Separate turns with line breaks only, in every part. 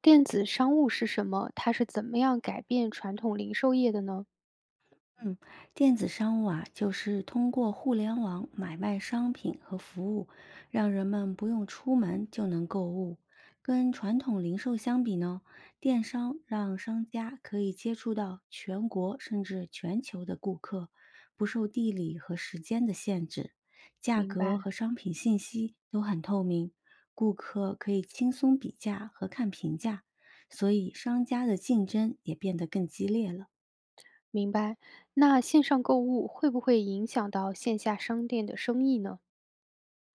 电子商务是什么？它是怎么样改变传统零售业的呢？
嗯，电子商务啊，就是通过互联网买卖商品和服务，让人们不用出门就能购物。跟传统零售相比呢，电商让商家可以接触到全国甚至全球的顾客，不受地理和时间的限制，价
明
格
白，
和商品信息都很透明，顾客可以轻松比价和看评价，所以商家的竞争也变得更激烈了。
明白。那线上购物会不会影响到线下商店的生意呢？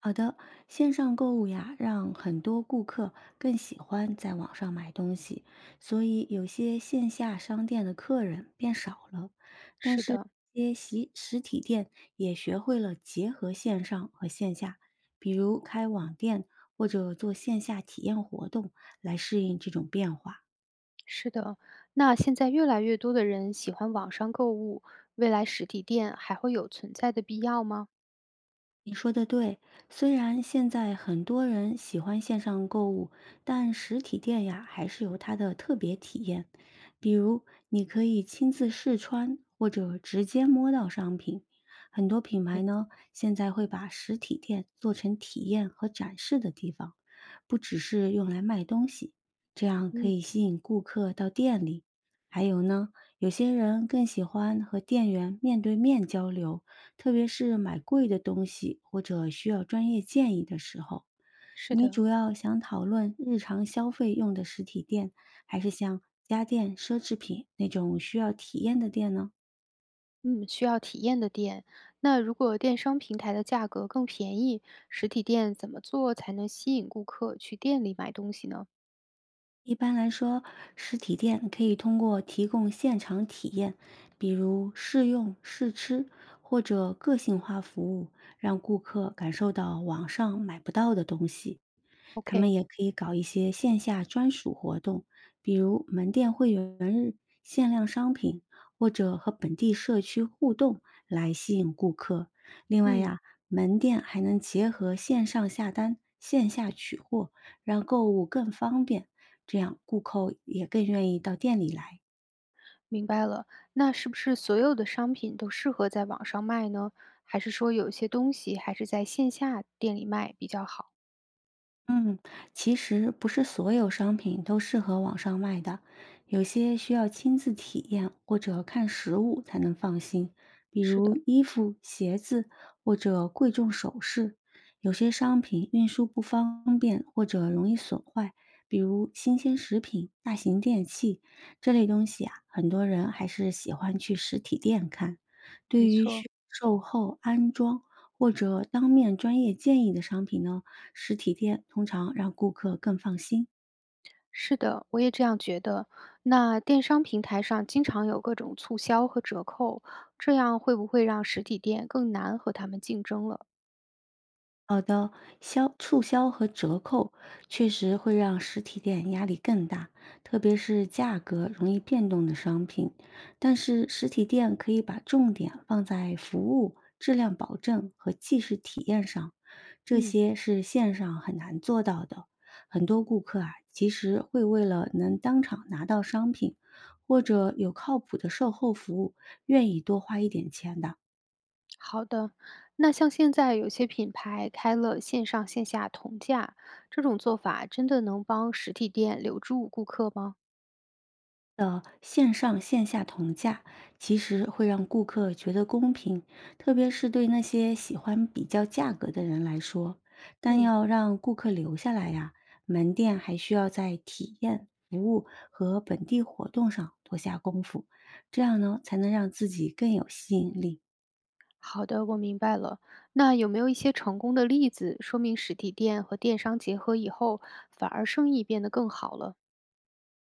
好的，线上购物呀，让很多顾客更喜欢在网上买东西，所以有些线下商店的客人变少了。但
是
是，
的，
一些实体店也学会了结合线上和线下，比如开网店或者做线下体验活动来适应这种变化。
是的。那现在越来越多的人喜欢网上购物，未来实体店还会有存在的必要吗？
你说的对，虽然现在很多人喜欢线上购物，但实体店呀还是有它的特别体验。比如，你可以亲自试穿，或者直接摸到商品。很多品
没
牌呢，现在会把实体店做成体验和展示的地方，不只是用来卖东西，这样可
嗯，
以吸引顾客到店里。还有呢，有些人更喜欢和店员面对面交流。特别是买贵的东西或者需要专业建议的时候，
是
你
的，
主要想讨论日常消费用的实体店，还是像家电、奢侈品那种需要体验的店呢？
嗯，需要体验的店。那如果电商平台的价格更便宜，实体店怎么做才能吸引顾客去店里买东西呢
一般来说，实体店可以通过提供现场体验，比如试用、试吃或者个性化服务，让顾客感受到网上买不到的东西。他
？OK，
们也可以搞一些线下专属活动，比如门店会员日、限量商品，或者和本地社区互动来吸引顾客。另外
嗯。
呀，门店还能结合线上下单、线下取货，让购物更方便，这样顾客也更愿意到店里来。
明白了，那是不是所有的商品都适合在网上卖呢？还是说有些东西还是在线下店里卖比较好？
嗯，其实不是所有商品都适合网上卖的，有些需要亲自体验或者看实物才能放心，比
是
如
的，
衣服、鞋子或者贵重首饰。有些商品运输不方便或者容易损坏，比如新鲜食品、大型电器这类东西啊，很多人还是喜欢去实体店看。对
没
于
错，
需售后安装。或者当面专业建议的商品呢，实体店通常让顾客更放心。
是的，我也这样觉得。那电商平台上经常有各种促销和折扣，这样会不会让实体店更难和他们竞争了？
好的，促销和折扣确实会让实体店压力更大，特别是价格容易变动的商品。但是实体店可以把重点放在服务、质量保证和即时体验上，这
嗯，
些是线上很难做到的。很多顾客啊，其实会为了能当场拿到商品，或者有靠谱的售后服务，愿意多花一点钱的。
好的。那像现在有些品牌开了线上线下同价，这种做法真的能帮实体店留住顾客吗？
的线上线下同价，其实会让顾客觉得公平，特别是对那些喜欢比较价格的人来说。但
嗯。
要让顾客留下来呀、门店还需要在体验、服务和本地活动上多下功夫，这样呢才能让自己更有吸引力。
好的，我明白了。那有没有一些成功的例子，说明实体店和电商结合以后，反而生意变得更好了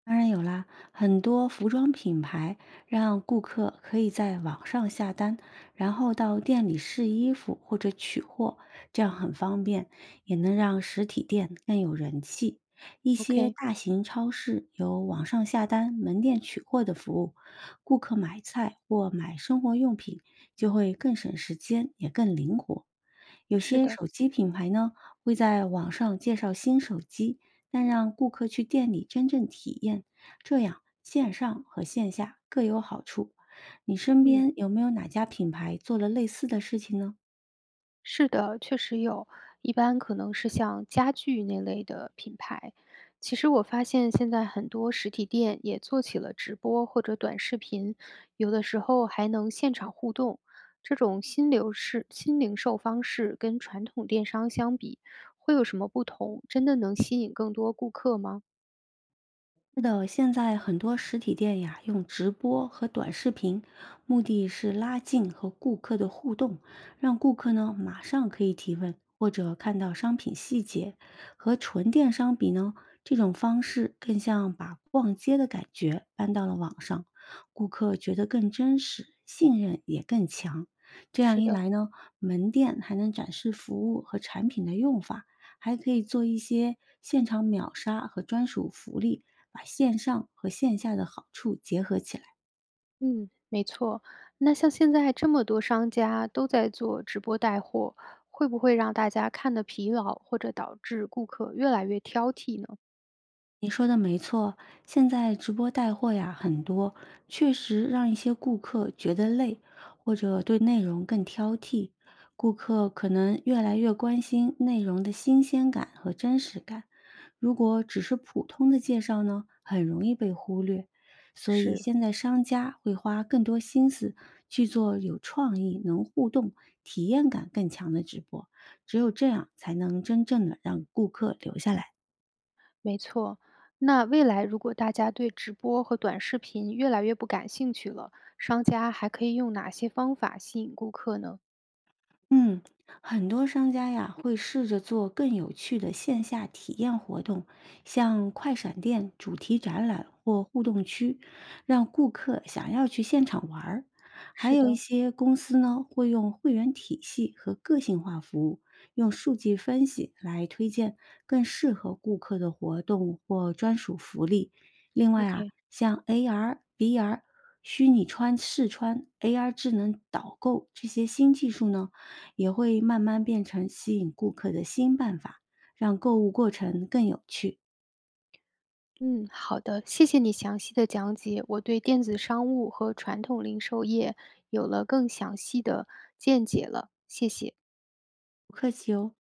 当然有啦，很多服装品牌让顾客可以在网上下单，然后到店里试衣服或者取货，这样很方便，也能让实体店更有人气。一些
？OK，
大型超市有网上下单、门店取货的服务，顾客买菜或买生活用品就会更省时间，也更灵活。有
是
些
的，
手机品牌呢会在网上介绍新手机，但让顾客去店里真正体验，这样线上和线下各有好处。你身
嗯。
边有没有哪家品牌做了类似的事情呢？
是的，确实有，一般可能是像家具那类的品牌。其实我发现现在很多实体店也做起了直播或者短视频，有的时候还能现场互动。这种新流式新零售方式跟传统电商相比，会有什么不同？真的能吸引更多顾客吗？
是的，现在很多实体店呀，用直播和短视频，目的是拉近和顾客的互动，让顾客呢马上可以提问或者看到商品细节。和纯电商比呢，这种方式更像把逛街的感觉搬到了网上，顾客觉得更真实，信任也更强。这样
是
一
的。
来呢，门店还能展示服务和产品的用法，还可以做一些现场秒杀和专属福利。把线上和线下的好处结合起来。
嗯，没错。那像现在这么多商家都在做直播带货，会不会让大家看得疲劳，或者导致顾客越来越挑剔呢？
你说的没错，现在直播带货呀很多，确实让一些顾客觉得累，或者对内容更挑剔。顾客可能越来越关心内容的新鲜感和真实感，如果只是普通的介绍呢，很容易被忽略。所以
是，
现在商家会花更多心思去做有创意、能互动、体验感更强的直播，只有这样才能真正的让顾客留下来。
没错。那未来如果大家对直播和短视频越来越不感兴趣了，商家还可以用哪些方法吸引顾客呢？
嗯，很多商家呀会试着做更有趣的线下体验活动，像快闪店、主题展览或互动区，让顾客想要去现场玩儿。还
是
有一
的
些公司呢会用会员体系和个性化服务，用数据分析来推荐更适合顾客的活动或专属福利。另外啊，
，OK。
像 AR、VR、虚拟试穿、AR 智能导购这些新技术呢。也会慢慢变成吸引顾客的新办法，让购物过程更有趣。
嗯，好的，谢谢你详细的讲解，我对电子商务和传统零售业有了更详细的见解了，谢谢。
不客气哦。